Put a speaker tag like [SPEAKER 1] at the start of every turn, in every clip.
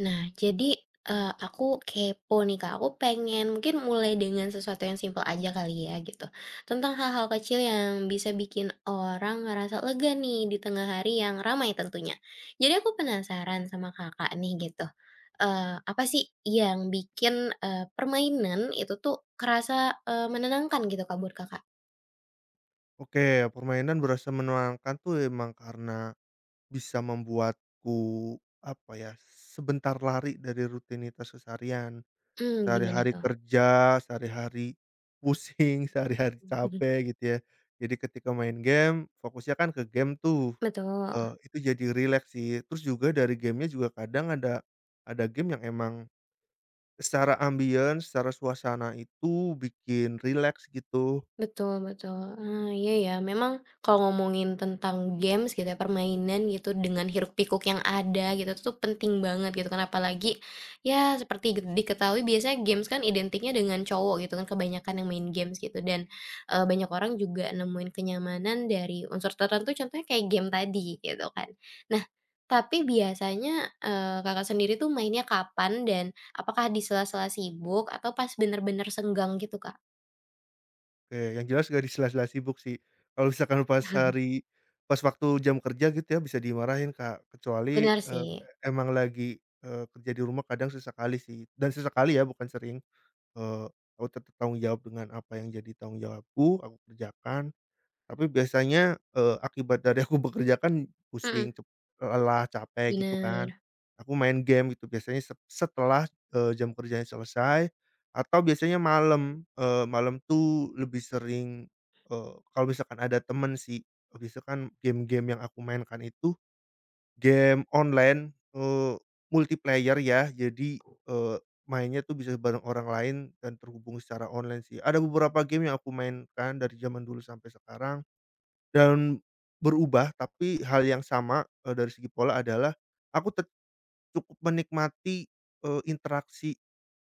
[SPEAKER 1] Nah, jadi, aku kepo nih, Kak, aku pengen mungkin mulai dengan sesuatu yang simpel aja kali ya gitu, tentang hal-hal kecil yang bisa bikin orang ngerasa lega nih di tengah hari yang ramai tentunya. Jadi aku penasaran sama Kakak nih gitu, apa sih yang bikin, permainan itu tuh kerasa, menenangkan gitu, Kak, buat Kakak?
[SPEAKER 2] Oke, permainan berasa menenangkan tuh emang karena bisa membuatku, apa ya, sebentar lari dari rutinitas keseharian.
[SPEAKER 1] Mmm, gimana
[SPEAKER 2] Sehari-hari
[SPEAKER 1] tuh?
[SPEAKER 2] kerja, sehari-hari pusing, sehari-hari capek gitu ya. Jadi ketika main game, fokusnya kan ke game tuh,
[SPEAKER 1] Betul.
[SPEAKER 2] itu jadi rileks sih. Terus juga dari gamenya juga kadang ada game yang emang secara ambience, secara suasana itu bikin rileks gitu.
[SPEAKER 1] Betul betul. Ah, iya ya, memang kalau ngomongin tentang games gitu ya, permainan gitu dengan hiruk-pikuk yang ada gitu itu tuh penting banget gitu kan, apalagi ya seperti diketahui biasanya games kan identiknya dengan cowok gitu kan, kebanyakan yang main games gitu dan banyak orang juga nemuin kenyamanan dari unsur tertentu contohnya kayak game tadi gitu kan. Nah, tapi biasanya kakak sendiri tuh mainnya kapan dan apakah di sela-sela sibuk atau pas bener-bener senggang gitu, Kak?
[SPEAKER 2] Oke, yang jelas nggak di sela-sela sibuk sih. Kalau misalkan pas waktu jam kerja gitu ya, bisa dimarahin, Kak. Kecuali,
[SPEAKER 1] Benar sih.
[SPEAKER 2] emang lagi, kerja di rumah kadang sesekali sih, dan sesekali ya, bukan sering. Eee, aku tetap tanggung jawab dengan apa yang jadi tanggung jawabku, aku kerjakan. Tapi biasanya, akibat dari aku bekerja kan
[SPEAKER 1] Mhm,
[SPEAKER 2] pusing, lelah, capek gitu kan.
[SPEAKER 1] bener.
[SPEAKER 2] Aku main game gitu biasanya setelah, jam kerjanya selesai atau biasanya malam tuh lebih sering, kalau misalkan ada temen sih, biasa kan game-game yang aku mainkan itu game online, multiplayer ya. Jadi, eee, mainnya tuh bisa bareng orang lain dan terhubung secara online sih. Ada beberapa game yang aku mainkan dari zaman dulu sampai sekarang dan berubah, tapi hal yang sama, dari segi pola adalah aku tet cukup menikmati, interaksi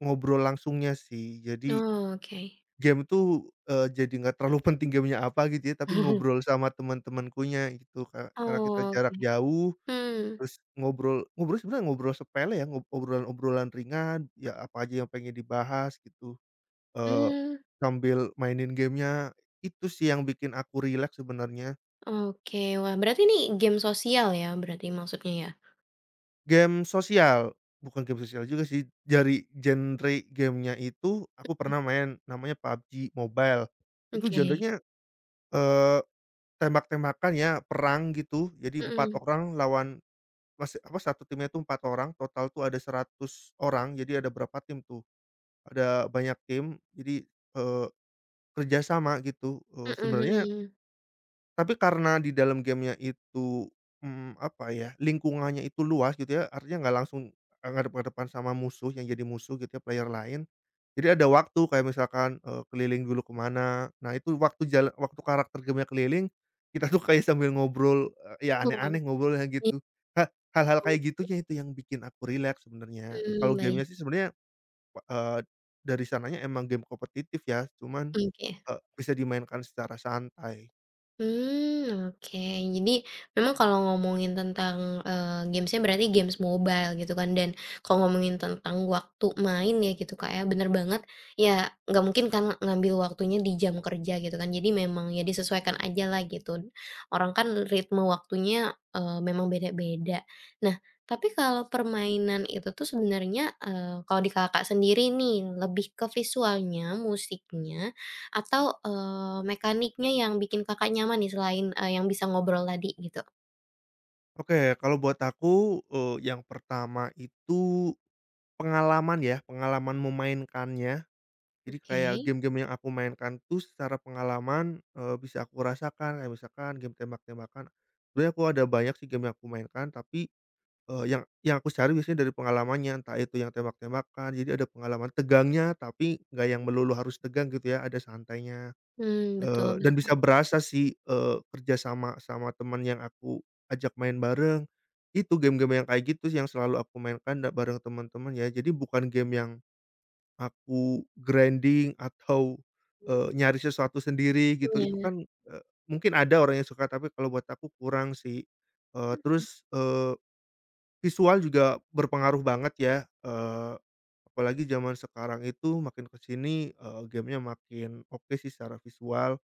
[SPEAKER 2] ngobrol langsungnya sih. Jadi
[SPEAKER 1] Oh, oke.
[SPEAKER 2] game tuh, jadi nggak terlalu penting gamenya apa gitu ya, tapi ngobrol sama teman-temankunya gitu, Kak. Karena kita
[SPEAKER 1] Oh,
[SPEAKER 2] jarak
[SPEAKER 1] oke.
[SPEAKER 2] jauh,
[SPEAKER 1] Hmm,
[SPEAKER 2] terus ngobrol ngobrol sebenarnya ngobrol sepele ya, obrolan-obrolan ringan, ya apa aja yang pengen dibahas gitu, eee,
[SPEAKER 1] hmm,
[SPEAKER 2] sambil mainin gamenya. Itu sih yang bikin aku rileks sebenarnya.
[SPEAKER 1] oke. Wah, berarti ini game sosial ya berarti maksudnya ya?
[SPEAKER 2] Game sosial, bukan game sosial juga sih, dari genre gamenya itu aku
[SPEAKER 1] Mmm,
[SPEAKER 2] pernah main namanya PUBG Mobile. Itu
[SPEAKER 1] oke.
[SPEAKER 2] genrenya, eee, tembak-tembakan ya, perang gitu. Jadi 4
[SPEAKER 1] Mhm,
[SPEAKER 2] orang lawan masih apa, satu timnya itu 4 orang, total tuh ada 100 orang, jadi ada berapa tim tuh, ada banyak tim, jadi, eee, kerja gitu,
[SPEAKER 1] mhm,
[SPEAKER 2] sebenarnya
[SPEAKER 1] mhm.
[SPEAKER 2] tapi karena di dalam game-nya itu, apa ya, lingkungannya itu luas gitu ya, artinya nggak langsung, ngadep-ngadepan sama musuh yang jadi musuh gitu ya, player lain. Jadi ada waktu kayak misalkan, keliling dulu kemana. Nah itu waktu karakter game-nya keliling, kita tuh kayak sambil ngobrol, ya
[SPEAKER 1] Betul,
[SPEAKER 2] aneh-aneh ngobrolnya
[SPEAKER 1] iya.
[SPEAKER 2] gitu. Ha hal-hal kayak gitunya itu yang bikin aku rileks sebenarnya. Kalau
[SPEAKER 1] Mmm, baik,
[SPEAKER 2] game-nya sih sebenarnya, eee, dari sananya emang game kompetitif ya, cuman,
[SPEAKER 1] oke.
[SPEAKER 2] bisa dimainkan secara santai.
[SPEAKER 1] Hmm, oke. Jadi memang kalau ngomongin tentang, games berarti games mobile gitu kan dan kalau ngomongin tentang waktu main ya gitu, Kak, ya, bener banget, ya nggak mungkin kan ngambil waktunya di jam kerja gitu kan. Jadi memang ya disesuaikan aja lah gitu. Orang kan ritme waktunya, memang beda-beda. Nah, tapi kalau permainan itu tuh sebenarnya, kalau di Kakak sendiri nih lebih ke visualnya, musiknya, atau, mekaniknya yang bikin Kakak nyaman nih selain, yang bisa ngobrol tadi gitu?
[SPEAKER 2] Oke, kalau buat aku, yang pertama itu pengalaman ya, pengalaman memainkannya. Jadi
[SPEAKER 1] Oke.
[SPEAKER 2] kayak game-game yang aku mainkan tuh secara pengalaman, bisa aku rasakan, kayak misalkan game tembak-tembakan. Sebenarnya aku ada banyak sih game yang aku mainkan, tapi, yang aku cari biasanya dari pengalamannya, entah itu yang tembak-tembakan, jadi ada pengalaman tegangnya, tapi nggak yang melulu harus tegang gitu ya, ada santainya.
[SPEAKER 1] Hmm, betul
[SPEAKER 2] Dan
[SPEAKER 1] betul.
[SPEAKER 2] bisa berasa sih, kerja sama sama teman yang aku ajak main bareng, itu game-game yang kayak gitu sih yang selalu aku mainkan da bareng teman-teman ya. Jadi bukan game yang aku grinding atau, nyari sesuatu sendiri gitu, itu
[SPEAKER 1] Iya,
[SPEAKER 2] kan, mungkin ada orang yang suka tapi kalau buat aku kurang sih. Eee, terus, eee, visual juga berpengaruh banget ya, eee, apalagi zaman sekarang itu makin ke sini, gamenya makin oke sih secara visual.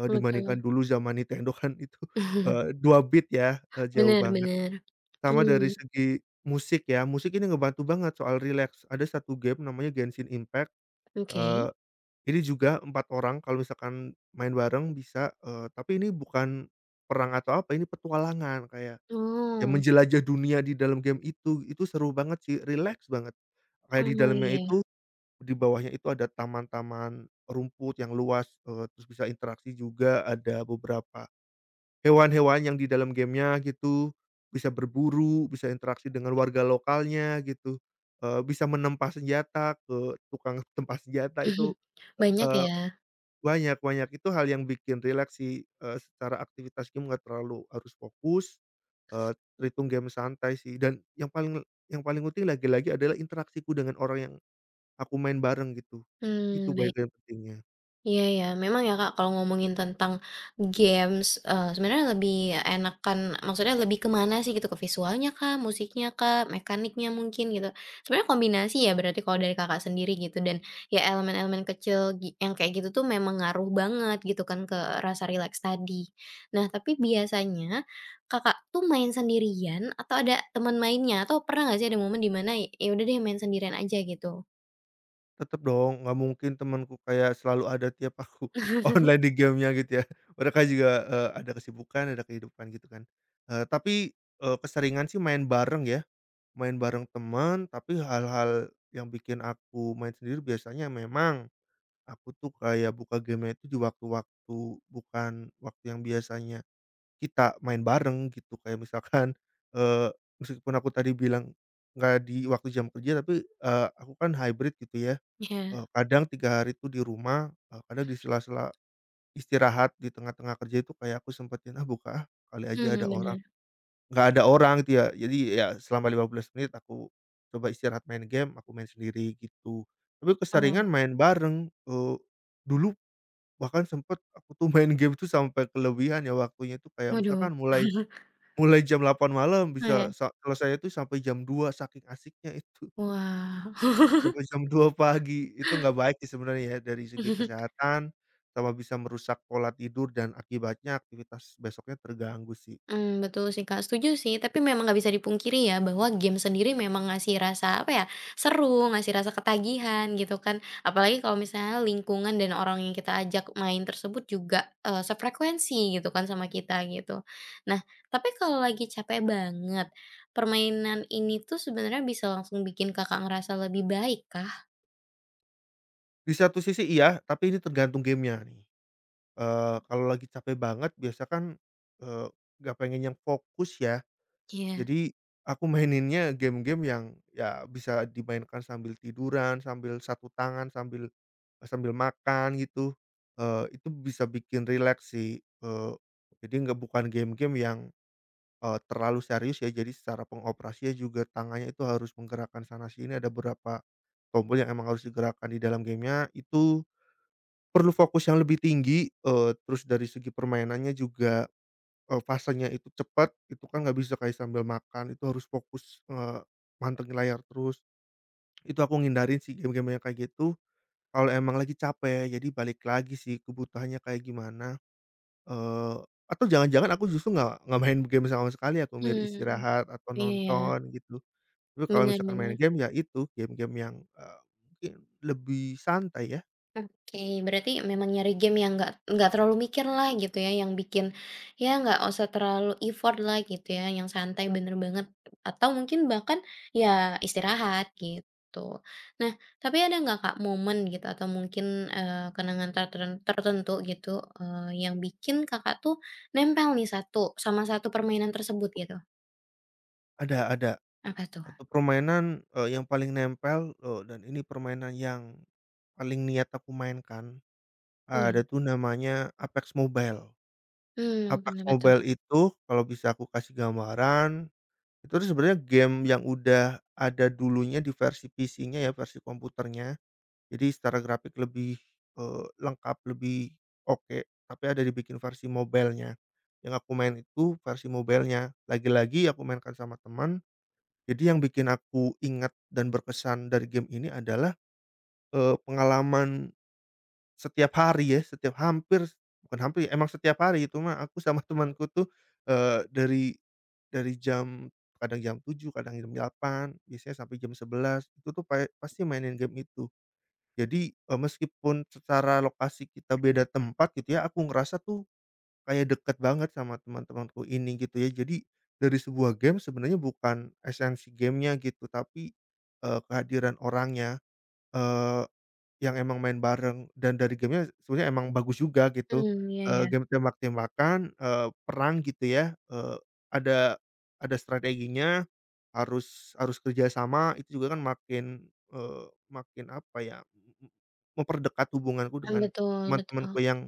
[SPEAKER 2] Dibandingkan
[SPEAKER 1] betul.
[SPEAKER 2] dulu zaman Nintendo kan itu, 2 bit ya, jauh
[SPEAKER 1] Bener
[SPEAKER 2] banget.
[SPEAKER 1] bener.
[SPEAKER 2] Sama dari
[SPEAKER 1] Mmm,
[SPEAKER 2] segi musik ya, musik ini ngebantu banget soal rileks. Ada satu game namanya Genshin Impact,
[SPEAKER 1] oke.
[SPEAKER 2] eee, ini juga 4 orang kalau misalkan main bareng bisa, tapi ini bukan perang atau apa, ini petualangan kayak ya
[SPEAKER 1] Oh.
[SPEAKER 2] menjelajah dunia di dalam game itu seru banget sih, rileks banget. Kayak di
[SPEAKER 1] Oh,
[SPEAKER 2] dalamnya itu,
[SPEAKER 1] iya.
[SPEAKER 2] di bawahnya itu ada taman-taman rumput yang luas, terus bisa interaksi juga, ada beberapa hewan-hewan yang di dalam gamenya gitu, bisa berburu, bisa interaksi dengan warga lokalnya gitu, bisa menempah senjata ke tukang tempah senjata itu,
[SPEAKER 1] Banyak
[SPEAKER 2] eee,
[SPEAKER 1] ya?
[SPEAKER 2] banyak banyak. Itu hal yang bikin rileks sih, secara aktivitas game nggak terlalu harus fokus, eee, terhitung game santai sih dan yang paling penting lagi-lagi adalah interaksiku dengan orang yang aku main bareng gitu, itu
[SPEAKER 1] Hmm, baik.
[SPEAKER 2] bagian pentingnya.
[SPEAKER 1] Iya ya, memang ya Kak, kalau ngomongin tentang games, sebenarnya lebih enakan maksudnya lebih kemana sih gitu, ke visualnya kah, musiknya kah, mekaniknya mungkin gitu? Sebenarnya kombinasi ya berarti kalau dari Kakak sendiri gitu dan ya elemen-elemen kecil yang kayak gitu tuh memang ngaruh banget gitu kan ke rasa relax tadi. Nah, tapi biasanya Kakak tuh main sendirian atau ada teman mainnya? Atau pernah nggak sih ada momen dimana ya udah deh main sendirian aja gitu?
[SPEAKER 2] Tetep dong, nggak mungkin temanku kayak selalu ada tiap aku online di gamenya gitu ya. Mereka juga, ada kesibukan, ada kehidupan gitu kan. Keseringan sih main bareng ya, main bareng teman tapi hal-hal yang bikin aku main sendiri biasanya memang aku tuh kayak buka game itu di waktu-waktu bukan waktu yang biasanya kita main bareng gitu. Kayak misalkan, eee, meskipun aku tadi bilang nggak di waktu jam kerja, tapi, aku kan hybrid gitu ya.
[SPEAKER 1] Iya,
[SPEAKER 2] Kadang 3 hari itu di rumah, kadang di sela-sela istirahat di tengah-tengah kerja itu kayak aku sempetin, "Ah, buka ah, kali aja
[SPEAKER 1] mmm,
[SPEAKER 2] ada orang."
[SPEAKER 1] bener.
[SPEAKER 2] Nggak ada orang gitu ya, jadi ya selama 15 menit aku coba istirahat main game, aku main sendiri gitu. Tapi
[SPEAKER 1] Oh,
[SPEAKER 2] keseringan main bareng, dulu bahkan sempet aku tuh main game tuh sampai kelebihan ya waktunya itu kayak
[SPEAKER 1] waduh,
[SPEAKER 2] misalkan mulai mulai jam 8 malam
[SPEAKER 1] oh ya.
[SPEAKER 2] bisa sa selesainya tuh sampai jam 2 saking asiknya itu.
[SPEAKER 1] Wah.
[SPEAKER 2] Sampai jam 2 pagi, itu nggak baik sih sebenarnya ya, dari segi kesehatan, sama bisa merusak pola tidur dan akibatnya aktivitas besoknya terganggu sih.
[SPEAKER 1] Mmm, betul sih, Kak, setuju sih, tapi memang nggak bisa dipungkiri ya bahwa game sendiri memang ngasih rasa, apa ya, seru, ngasih rasa ketagihan gitu kan. Apalagi kalau misalnya lingkungan dan orang yang kita ajak main tersebut juga, sefrekuensi gitu kan sama kita gitu. Nah, tapi kalau lagi capek banget, permainan ini tuh sebenarnya bisa langsung bikin Kakak ngerasa lebih baik kah?
[SPEAKER 2] Di satu sisi iya, tapi ini tergantung gamenya nih. Kalau lagi capek banget biasa kan, eee, nggak pengen yang fokus ya,
[SPEAKER 1] Iya.
[SPEAKER 2] jadi aku maininnya game-game yang ya bisa dimainkan sambil tiduran, sambil satu tangan, sambil sambil makan gitu, itu bisa bikin rileks sih, eee, jadi nggak bukan game-game yang terlalu serius ya, jadi secara pengoperasian juga tangannya itu harus menggerakkan sana sini, ada beberapa tombol yang emang harus digerakkan di dalam gamenya itu perlu fokus yang lebih tinggi, terus dari segi permainannya juga, fasenya itu cepat, itu kan nggak bisa kayak sambil makan, itu harus fokus, mantengin layar terus. Itu aku ngindarin sih game-game yang kayak gitu, kalau emang lagi capek, jadi balik lagi sih kebutuhannya kayak gimana. Eee, atau jangan-jangan aku justru nggak main game sama sekali aku mir
[SPEAKER 1] Mmm,
[SPEAKER 2] istirahat atau
[SPEAKER 1] iya,
[SPEAKER 2] nonton gitu. Tapi kalau misalkan main
[SPEAKER 1] benar-benar.
[SPEAKER 2] game ya itu, game-game yang, mungkin lebih santai ya.
[SPEAKER 1] Oke, berarti memang nyari game yang nggak terlalu mikir lah gitu ya, yang bikin ya nggak usah terlalu effort lah gitu ya, yang santai bener banget atau mungkin bahkan ya istirahat gitu. Nah, tapi ada nggak Kak momen gitu atau mungkin kenangan tertentu gitu yang bikin Kakak tuh nempel nih satu sama satu permainan tersebut gitu?
[SPEAKER 2] Ada
[SPEAKER 1] Apa tuh?
[SPEAKER 2] satu permainan, yang paling nempel, dan ini permainan yang paling niat aku mainkan,
[SPEAKER 1] Iya.
[SPEAKER 2] ada tuh namanya Apex Mobile.
[SPEAKER 1] Hmm,
[SPEAKER 2] Apex
[SPEAKER 1] kenapa tuh?
[SPEAKER 2] Mobile itu kalau bisa aku kasih gambaran, itu tuh sebenarnya game yang udah ada dulunya di versi PC-nya ya, versi komputernya. Jadi secara grafik lebih, lengkap, lebih oke, tapi ada dibikin versi mobile-nya. Yang aku main itu versi mobile-nya, lagi-lagi aku mainkan sama teman. Jadi yang bikin aku ingat dan berkesan dari game ini adalah, pengalaman setiap hari ya, setiap hampir bukan hampir ya, emang setiap hari itu mah aku sama temanku tuh, eee, dari dari jam kadang jam 7, kadang jam 8, biasanya sampai jam 11 itu tuh pasti mainin game itu. Jadi, meskipun secara lokasi kita beda tempat gitu ya, aku ngerasa tuh kayak deket banget sama teman-temanku ini gitu ya. Jadi dari sebuah game sebenarnya bukan esensi gamenya gitu, tapi, kehadiran orangnya, yang emang main bareng dan dari game-nya sebenarnya emang bagus juga gitu,
[SPEAKER 1] Hmm, iya ya.
[SPEAKER 2] game tembak-tembakan, perang gitu ya, eee, ada ada strateginya, harus harus kerja sama itu juga kan makin, makin apa ya, m m memperdekat hubunganku dengan
[SPEAKER 1] Betul, betul.
[SPEAKER 2] teman-temanku yang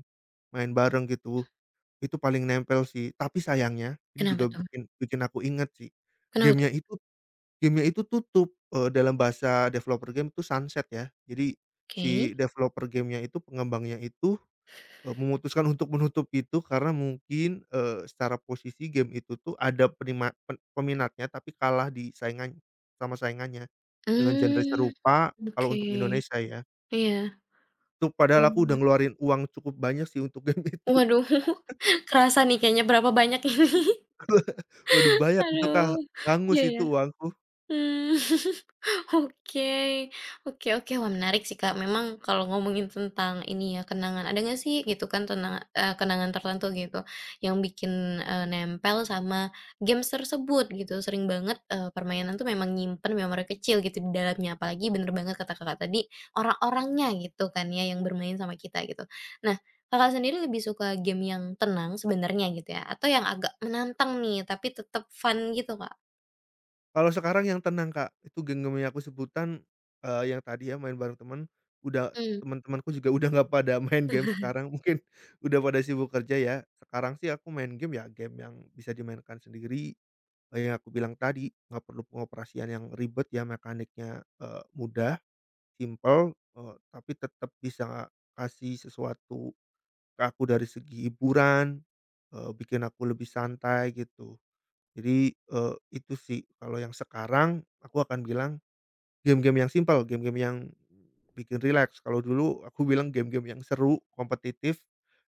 [SPEAKER 2] main bareng gitu, itu paling nempel sih. Tapi sayangnya ini
[SPEAKER 1] Kenapa
[SPEAKER 2] juga
[SPEAKER 1] tuh?
[SPEAKER 2] bikin bikin aku inget sih,
[SPEAKER 1] Kenapa tuh?
[SPEAKER 2] game-nya itu Gamenya itu tutup, dalam bahasa developer game itu sunset ya. Jadi
[SPEAKER 1] Oke.
[SPEAKER 2] si developer gamenya itu, pengembangnya itu, memutuskan untuk menutup itu karena mungkin, secara posisi game itu tuh ada penima pen peminatnya tapi kalah di saingan sama saingannya, dengan genre
[SPEAKER 1] Mmm,
[SPEAKER 2] serupa kalau
[SPEAKER 1] oke,
[SPEAKER 2] untuk Indonesia ya.
[SPEAKER 1] iya,
[SPEAKER 2] Itu padahal aku udah
[SPEAKER 1] oh,
[SPEAKER 2] ngeluarin uang cukup banyak sih untuk game itu.
[SPEAKER 1] waduh. Kerasa nih kayaknya berapa banyak ini.
[SPEAKER 2] Waduh banyak itu, Kak,
[SPEAKER 1] Aduh,
[SPEAKER 2] hangus
[SPEAKER 1] iya
[SPEAKER 2] itu
[SPEAKER 1] ya.
[SPEAKER 2] uangku.
[SPEAKER 1] Mmm, oke, oke, oke. Wah, menarik sih, Kak. Memang kalau ngomongin tentang ini ya, kenangan ada nggak sih gitu kan tenang kenangan tertentu gitu yang bikin, nempel sama games tersebut gitu. Sering banget, permainan tuh memang nyimpen memori kecil gitu di dalamnya, apalagi bener banget kata Kakak tadi, orang-orangnya gitu kan ya yang bermain sama kita gitu. Nah, Kakak sendiri lebih suka game yang tenang sebenarnya gitu ya, atau yang agak menantang nih tapi tetap fun gitu, Kak?
[SPEAKER 2] Kalau sekarang yang tenang, Kak, itu genggamnya aku sebutan, yang tadi ya main bareng temen, udah
[SPEAKER 1] Mmm.
[SPEAKER 2] teman-temanku juga udah nggak pada main game sekarang, mungkin udah pada sibuk kerja ya. Sekarang sih aku main game ya game yang bisa dimainkan sendiri, kayak yang aku bilang tadi, nggak perlu pengoperasian yang ribet ya, mekaniknya, mudah, simpel, tapi tetap bisa kasih sesuatu ke aku dari segi hiburan, bikin aku lebih santai gitu. Jadi, itu sih kalau yang sekarang aku akan bilang game-game yang simpel, game-game yang bikin rileks. Kalau dulu aku bilang game-game yang seru, kompetitif,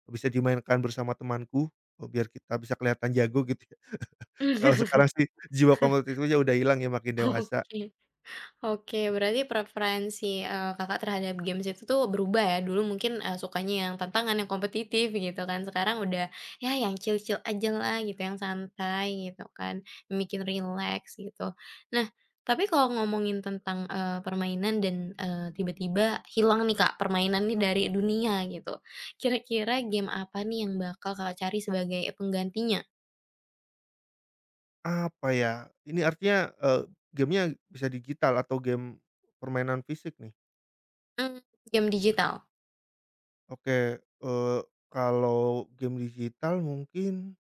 [SPEAKER 2] bisa dimainkan bersama temanku, biar kita bisa kelihatan jago gitu ya. Kalau sekarang sih jiwa kompetitifnya udah hilang ya makin dewasa.
[SPEAKER 1] Oke, oke, berarti preferensi, Kakak terhadap games itu tuh berubah ya, dulu mungkin, sukanya yang tantangan, yang kompetitif gitu kan, sekarang udah ya yang chill-chill aja lah gitu, yang santai gitu kan, yang bikin relax gitu. Nah, tapi kalau ngomongin tentang, permainan dan, tiba-tiba hilang nih Kak, permainan nih dari dunia gitu, kira-kira game apa nih yang bakal Kakak cari sebagai penggantinya?
[SPEAKER 2] Apa ya, ini artinya, gamenya bisa digital atau game permainan fisik nih?
[SPEAKER 1] Mmm, game digital?
[SPEAKER 2] Oke, kalau game digital mungkin.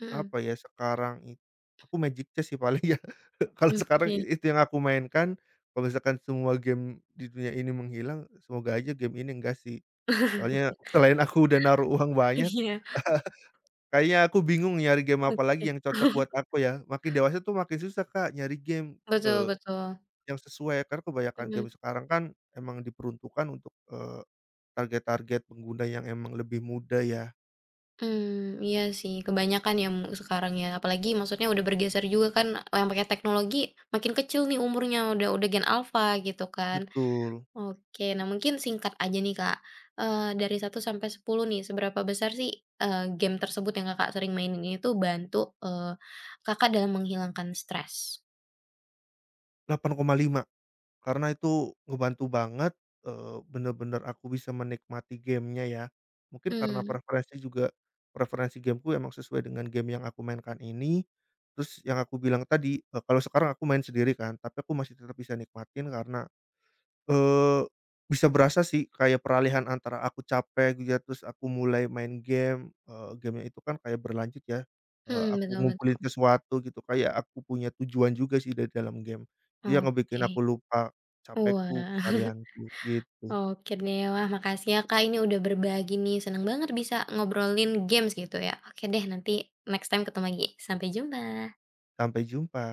[SPEAKER 1] Mhm,
[SPEAKER 2] Apa ya, sekarang itu aku Magic Chess sih paling ya. Kalau sekarang
[SPEAKER 1] oke.
[SPEAKER 2] itu yang aku mainkan, kalau misalkan semua game di dunia ini menghilang, semoga aja game ini enggak sih. Soalnya selain aku udah naruh uang banyak,
[SPEAKER 1] Iya.
[SPEAKER 2] kayaknya aku bingung nyari game apa
[SPEAKER 1] Oke.
[SPEAKER 2] lagi yang cocok buat aku ya. Makin dewasa tuh makin susah, Kak, nyari game,
[SPEAKER 1] Betul
[SPEAKER 2] eee,
[SPEAKER 1] betul.
[SPEAKER 2] yang sesuai. Karena kebanyakan game
[SPEAKER 1] Mhm.
[SPEAKER 2] sekarang kan emang diperuntukkan untuk, target-target pengguna yang emang lebih muda ya.
[SPEAKER 1] Mmm, iya sih, kebanyakan yang sekarang ya, apalagi maksudnya udah bergeser juga kan, yang pakai teknologi makin kecil nih umurnya, udah gen alpha gitu kan.
[SPEAKER 2] Betul,
[SPEAKER 1] Oke, nah mungkin singkat aja nih Kak, dari satu sampai 10 nih, seberapa besar sih, game tersebut yang Kakak sering mainin ini tuh bantu, eee, Kakak dalam menghilangkan stres?
[SPEAKER 2] 8,5. Karena itu ngebantu banget, bener-bener aku bisa menikmati game-nya ya. Mungkin karena
[SPEAKER 1] Hmm,
[SPEAKER 2] preferensi juga preferensi game-ku emang sesuai dengan game yang aku mainkan ini. Terus yang aku bilang tadi, kalau sekarang aku main sendiri kan, tapi aku masih tetap bisa nikmatin karena Eee, bisa berasa sih kayak peralihan antara aku capek gitu ya, terus aku mulai main game, game-nya itu kan kayak berlanjut ya,
[SPEAKER 1] mhm,
[SPEAKER 2] aku
[SPEAKER 1] betul
[SPEAKER 2] ngumpulin
[SPEAKER 1] betul.
[SPEAKER 2] sesuatu gitu, kayak aku punya tujuan juga sih dari dalam game. Itu yang ngebikin aku
[SPEAKER 1] Oke.
[SPEAKER 2] lupa capekku,
[SPEAKER 1] Wah.
[SPEAKER 2] keseharianku, gitu.
[SPEAKER 1] Oke deh, wah makasih ya Kak, ini udah berbagi nih, seneng banget bisa ngobrolin games gitu ya. Oke deh, nanti next time ketemu lagi. Sampai jumpa.
[SPEAKER 2] Sampai jumpa.